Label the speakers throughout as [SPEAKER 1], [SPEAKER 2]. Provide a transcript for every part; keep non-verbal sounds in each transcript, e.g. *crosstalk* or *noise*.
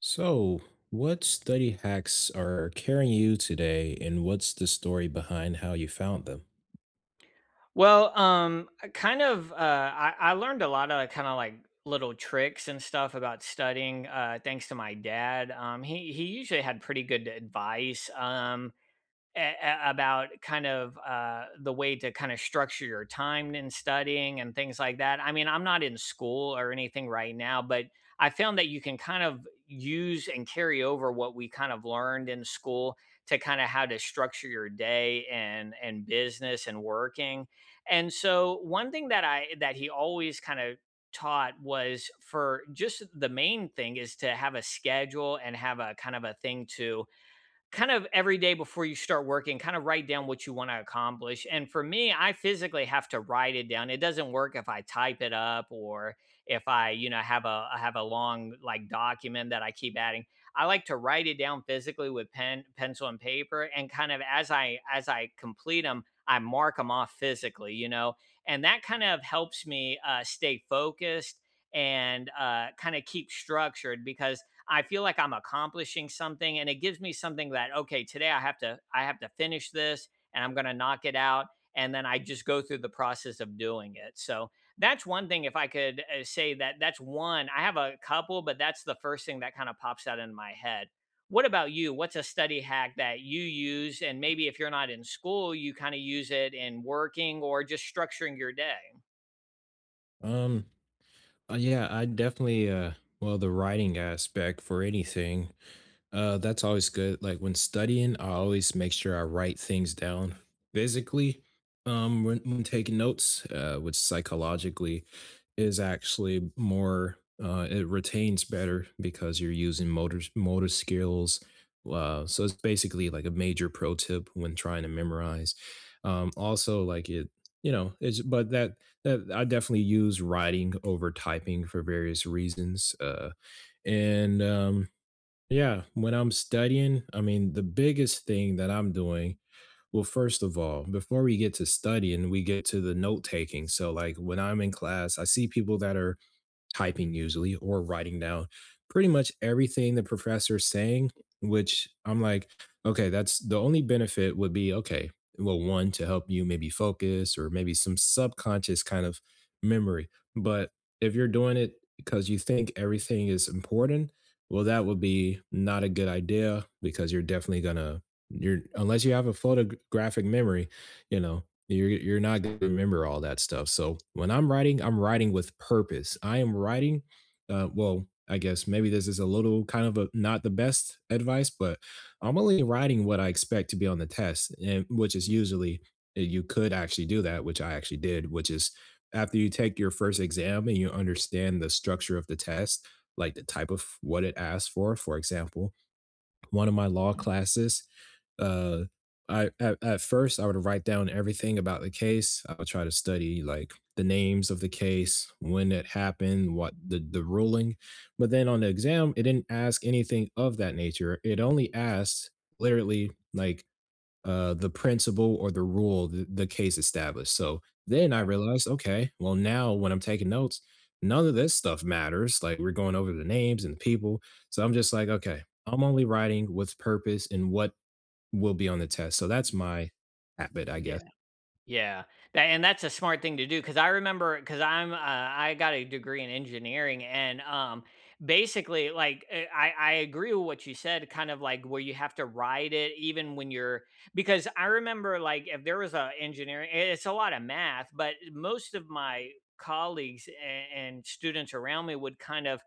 [SPEAKER 1] So, what study hacks are carrying you today, and what's the story behind how you found them?
[SPEAKER 2] Well, I kind of, I learned a lot of kind of like little tricks and stuff about studying, thanks to my dad. He usually had pretty good advice. About kind of the way to kind of structure your time in studying and things like that. I mean, I'm not in school or anything right now, but I found that you can kind of use and carry over what we kind of learned in school to kind of how to structure your day and business and working. And so one thing that I that he always kind of taught was for just the main thing is to have a schedule and have a kind of a thing to kind of every day before you start working, kind of write down what you want to accomplish. And for me, I physically have to write it down. It doesn't work if I type it up or if I have a I have a long like document that I keep adding. I like to write it down physically with pen, pencil, and paper, and kind of as I complete them, I mark them off physically, and that kind of helps me stay focused and kind of keep structured because I feel like I'm accomplishing something, and it gives me something that okay, today I have to finish this and I'm going to knock it out, and then I just go through the process of doing it. So that's one thing if I could say that that's one. I have a couple, but that's the first thing that kind of pops out in my head. What about you? What's a study hack that you use, and maybe if you're not in school, you kind of use it in working or just structuring your day?
[SPEAKER 1] Um, yeah, I definitely, well, the writing aspect for anything. That's always good. Like when studying, I always make sure I write things down physically. When taking notes, which psychologically is actually more, it retains better because you're using motor skills. So it's basically like a major pro tip when trying to memorize. Also like it, you know, it's but that that I definitely use writing over typing for various reasons. And yeah, when I'm studying, I mean, the biggest thing that I'm doing, first of all, before we get to studying, we get to the note taking. So, like, when I'm in class, I see people that are typing usually or writing down pretty much everything the professor is saying, which I'm like, okay, that's the only benefit would be okay. Well, one to help you maybe focus or maybe some subconscious kind of memory. But if you're doing it because you think everything is important, well, that would be not a good idea because you're definitely gonna you're unless you have a photographic memory, you know, you're not gonna remember all that stuff. So when I'm writing with purpose. I am writing. Well, I guess maybe this is a little kind of a not the best advice, but I'm only writing what I expect to be on the test, and which is usually you could actually do that, which I actually did, which is after you take your first exam and you understand the structure of the test, like the type of what it asks for example, one of my law classes. Uh, at first I would write down everything about the case. I would try to study like the names of the case, when it happened, what the ruling. But then on the exam, it didn't ask anything of that nature. It only asked literally like the principle or the rule the case established. So then I realized, okay, well, now when I'm taking notes, none of this stuff matters. Like we're going over the names and the people. So I'm just like, okay, I'm only writing what's purpose and what will be on the test. So that's my habit, I guess.
[SPEAKER 2] Yeah. Yeah, that's a smart thing to do, because I remember because 'cause I'm, I got a degree in engineering and, basically, like, I agree with what you said, kind of like where you have to ride it even when you're because I remember, like, if there was a engineering I it's a lot of math, but most of my colleagues a and students around me would kind of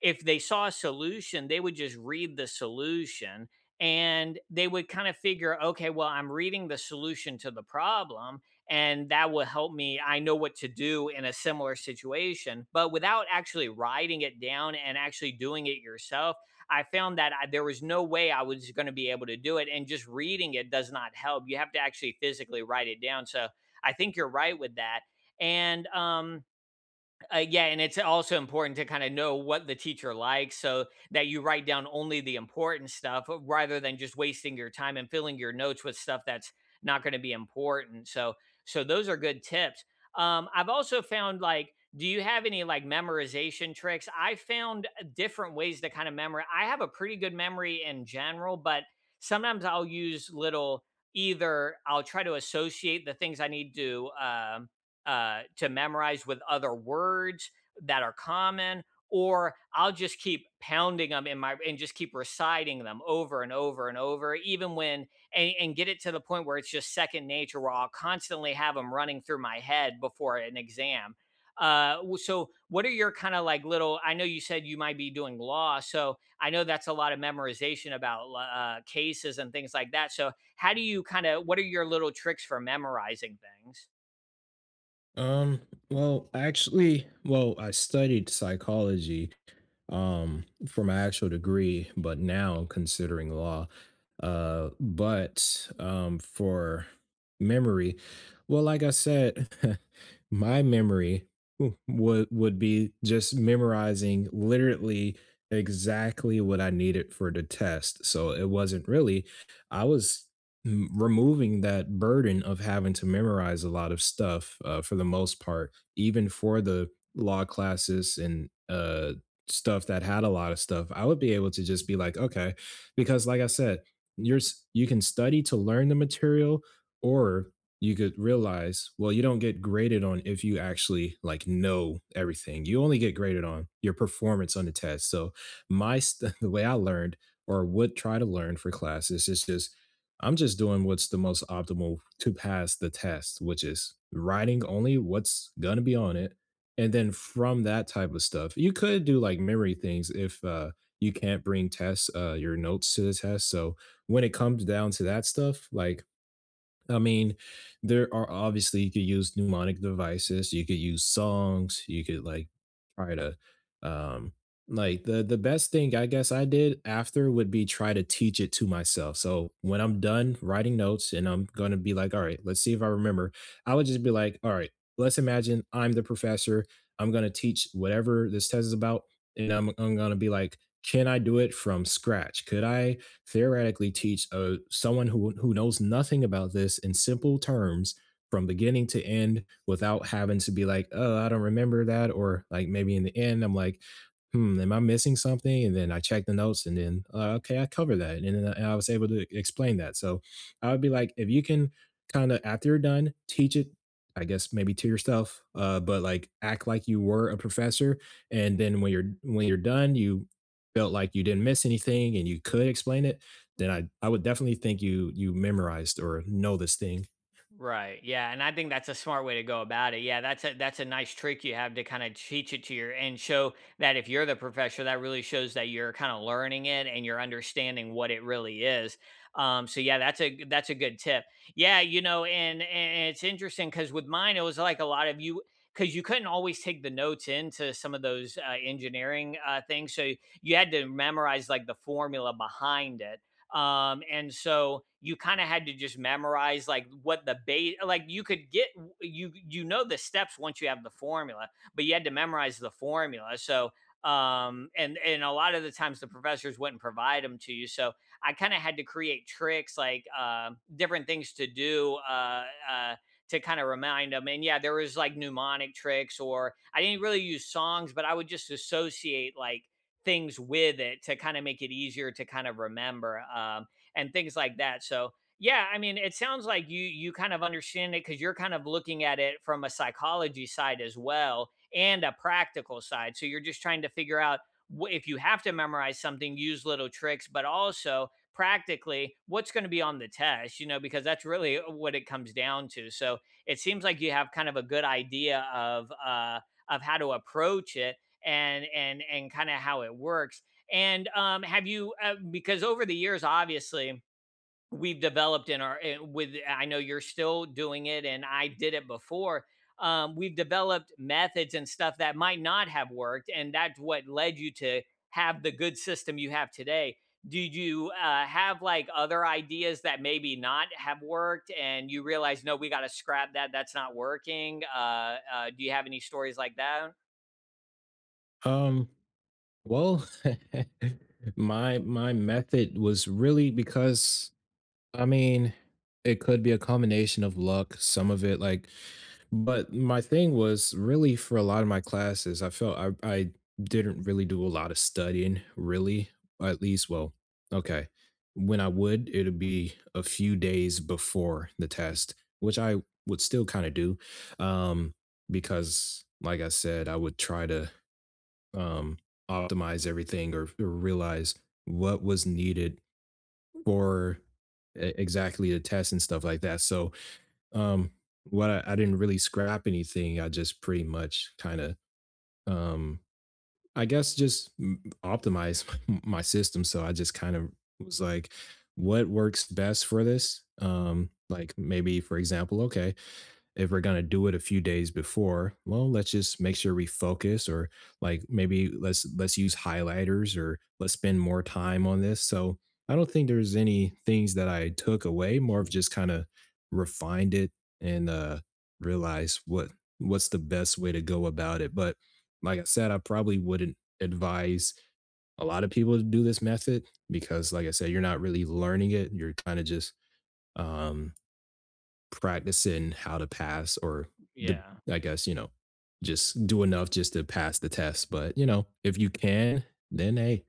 [SPEAKER 2] if they saw a solution, they would just read the solution, and they would kind of figure, "Okay, well, I'm reading the solution to the problem," and that will help me. I know what to do in a similar situation, but without actually writing it down and actually doing it yourself, I found that there was no way I was going to be able to do it. And just reading it does not help. You have to actually physically write it down. So I think you're right with that. And yeah, and it's also important to kind of know what the teacher likes, so that you write down only the important stuff rather than just wasting your time and filling your notes with stuff that's not going to be important. So those are good tips. I've also found like do you have any like memorization tricks? I found different ways to kind of memory. I have a pretty good memory in general, but sometimes I'll use little either I'll try to associate the things I need to memorize with other words that are common, or I'll just keep pounding them in my and just keep reciting them over and over and over, even when and get it to the point where it's just second nature, where I'll constantly have them running through my head before an exam. So what are your kind of like little? I know you said you might be doing law, so I know that's a lot of memorization about cases and things like that. So how do you kind of? What are your little tricks for memorizing things?
[SPEAKER 1] Um, well, actually, well, I studied psychology for my actual degree, but now I'm considering law, but for memory, well, like I said, *laughs* my memory would be just memorizing literally exactly what I needed for the test. So it wasn't really I was removing that burden of having to memorize a lot of stuff, for the most part, even for the law classes and stuff that had a lot of stuff. I would be able to just be like, okay, because like I said, you can study to learn the material, or you could realize, well, you don't get graded on if you actually like know everything. You only get graded on your performance on the test. So *laughs* the way I learned or would try to learn for classes is just I'm just doing what's the most optimal to pass the test, which is writing only what's gonna be on it. And then from that type of stuff, you could do like memory things if you can't bring tests, your notes to the test. So when it comes down to that stuff, like I mean, there are obviously you could use mnemonic devices, you could use songs, you could like try to um like the best thing I guess I did after would be try to teach it to myself. So when I'm done writing notes and I'm going to be like, all right, let's see if I remember. I would just be like, all right, let's imagine I'm the professor. I'm going to teach whatever this test is about and I'm going to be like, can I do it from scratch? Could I theoretically teach a, someone who knows nothing about this in simple terms from beginning to end without having to be like, oh, I don't remember that. Or like maybe in the end, I'm like, hmm, am I missing something? And then I check the notes and then, okay, I covered that. And I was able to e, explain that. So I would be like, if you can kind of, after you're done, teach it, I guess maybe to yourself, but like act like you were a professor. And then when you're done, you felt like you didn't miss anything and you could explain it, then I would definitely think you memorized or know this thing.
[SPEAKER 2] Right. Yeah, and I think that's a smart way to go about it. Yeah, that's a nice trick you have to kind of teach it to your and show that if you're the professor, that really shows that you're kind of learning it and you're understanding what it really is. So yeah, that's a good tip. Yeah, you know, and it's interesting because with mine, it was like a lot of you, because you couldn't always take the notes into some of those engineering things, so you had to memorize like the formula behind it, and so you kind of had to just memorize like what the base, like you could get you know the steps once you have the formula, but you had to memorize the formula. So and a lot of the times the professors wouldn't provide them to you, so I kind of had to create tricks like different things to do to kind of remind them, and yeah there was like mnemonic tricks, or I didn't really use songs, but I would just associate like things with it to kind of make it easier to kind of remember, and things like that. So yeah, I mean, it sounds like you kind of understand it because you're kind of looking at it from a psychology side as well and a practical side. So you're just trying to figure out if you have to memorize something, use little tricks, but also practically what's going to be on the test, you know, because that's really what it comes down to. So it seems like you have kind of a good idea of how to approach it, and and kind of how it works. And have you because over the years, obviously we've developed with I know you're still doing it, and I did it before. We've developed methods and stuff that might not have worked, and that's what led you to have the good system you have today. Did you have like other ideas that maybe not have worked, and you realize no, we got to scrap that. That's not working. Do you have any stories like that?
[SPEAKER 1] Um, well, *laughs* my method was really because I mean, it could be a combination of luck, some of it like, but my thing was really for a lot of my classes, I felt I didn't really do a lot of studying, really. At least, well, okay. When I would, it would be a few days before the test, which I would still kind of do. Um, because like I said, I would try to um optimize everything, or realize what was needed for exactly the test and stuff like that. So um, what I, I didn't really scrap anything. I just pretty much kind of, um, I guess, just optimize *laughs* my system. So I just kind of was like, what works best for this? Like maybe, for example, okay, if we're going to do it a few days before, well, let's just make sure we focus. Or like maybe let's use highlighters or let's spend more time on this. So I don't think there's any things that I took away, more of just kind of refined it, and realized what what's the best way to go about it. But like I said, I probably wouldn't advise a lot of people to do this method, because like I said, you're not really learning it. You're kind of just um practicing how to pass, or the
[SPEAKER 2] Yeah.
[SPEAKER 1] I guess, you know, just do enough just to pass the test. But, you know, if you can, then hey,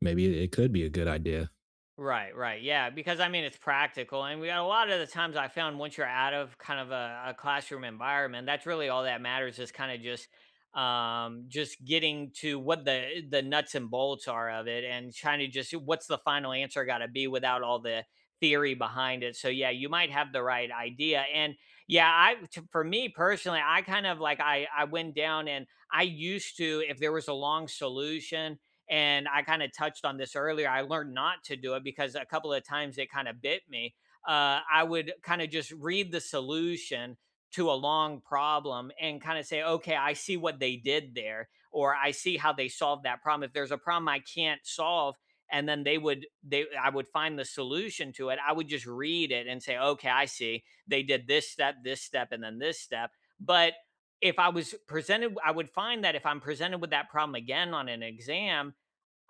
[SPEAKER 1] maybe it could be a good idea.
[SPEAKER 2] Right, right. Yeah, because I mean, it's practical. And we got a lot of the times I found once you're out of kind of a classroom environment, that's really all that matters is kind of just getting to what the nuts and bolts are of it and trying to just what's the final answer got to be without all the theory behind it. So yeah, you might have the right idea. And yeah, for me personally, I kind of like I went down, and I used to if there was a long solution, and I kind of touched on this earlier. I learned not to do it because a couple of times it kind of bit me. I would kind of just read the solution to a long problem and kind of say, okay, I see what they did there, or I see how they solved that problem. If there's a problem I can't solve, and then they would they I would find the solution to it, I would just read it and say okay I see they did this step, this step, and then this step. But if I was presented I would find that if I'm presented with that problem again on an exam,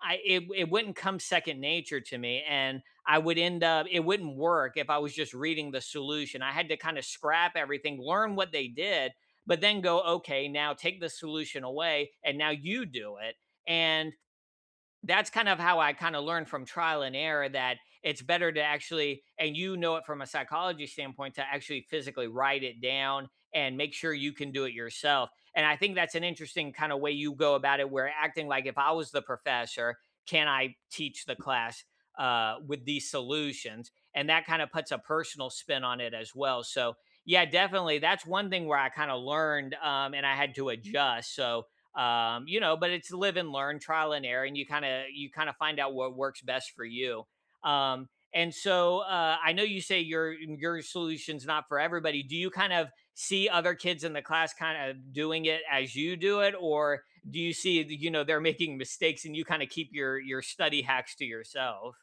[SPEAKER 2] I it it wouldn't come second nature to me, and I would end up it wouldn't work if I was just reading the solution. I had to kind of scrap everything, learn what they did, but then go, okay, now take the solution away, and now you do it. And that's kind of how I kind of learned from trial and error that it's better to actually, and you know it from a psychology standpoint, to actually physically write it down and make sure you can do it yourself. And I think that's an interesting kind of way you go about it, where acting like if I was the professor, can I teach the class with these solutions? And that kind of puts a personal spin on it as well. So yeah, definitely. That's one thing where I kind of learned, and I had to adjust. So you know, but it's live and learn, trial and error, and you kind of find out what works best for you. um and so I know you say your solution's not for everybody. Do you kind of see other kids in the class kind of doing it as you do it, or do you see that, you know, they're making mistakes and you kind of keep your study hacks to yourself?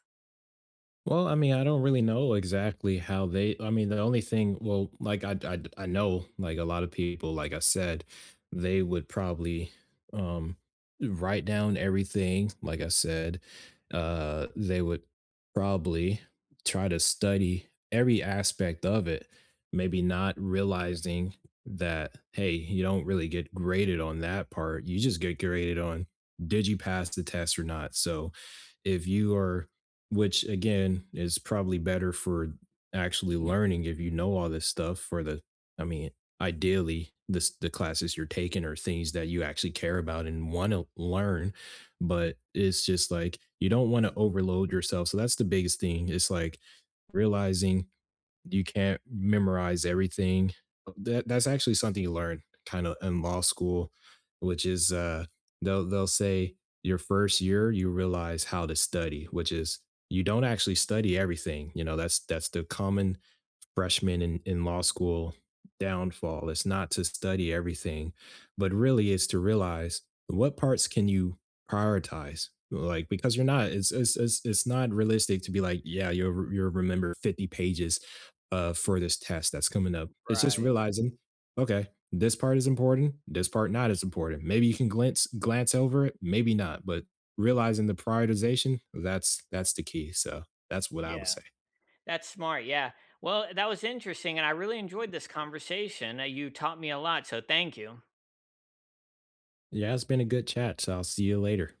[SPEAKER 1] Well, I mean, I don't really know exactly how they I mean, the only thing well, like I know like a lot of people, like I said, they would probably um write down everything, like I said. Uh, they would probably try to study every aspect of it, maybe not realizing that hey, you don't really get graded on that part. You just get graded on did you pass the test or not. So, if you are which again is probably better for actually learning if you know all this stuff for the I mean, ideally this the classes you're taking are things that you actually care about and want to learn, but it's just like you don't want to overload yourself. So that's the biggest thing. It's like realizing you can't memorize everything. Oh, that that's actually something you learn kinda in law school, which is, they'll say your first year, you realize how to study, which is you don't actually study everything, you know, that's the common freshman in law school downfall. It's not to study everything, but really is to realize what parts can you prioritize? Like because you're not, it's not realistic to be like, yeah, you'll you'll remember 50 pages for this test that's coming up. It's just
[SPEAKER 2] Right.
[SPEAKER 1] realizing, okay, this part is important, this part not as important. Maybe you can glance over it, maybe not, but realizing the prioritization, that's the key. So that's what I would
[SPEAKER 2] Yeah.
[SPEAKER 1] say.
[SPEAKER 2] That's smart, yeah. Well, that was interesting and I really enjoyed this conversation. You taught me a lot, so thank you.
[SPEAKER 1] Yeah, it's been a good chat. So I'll see you later.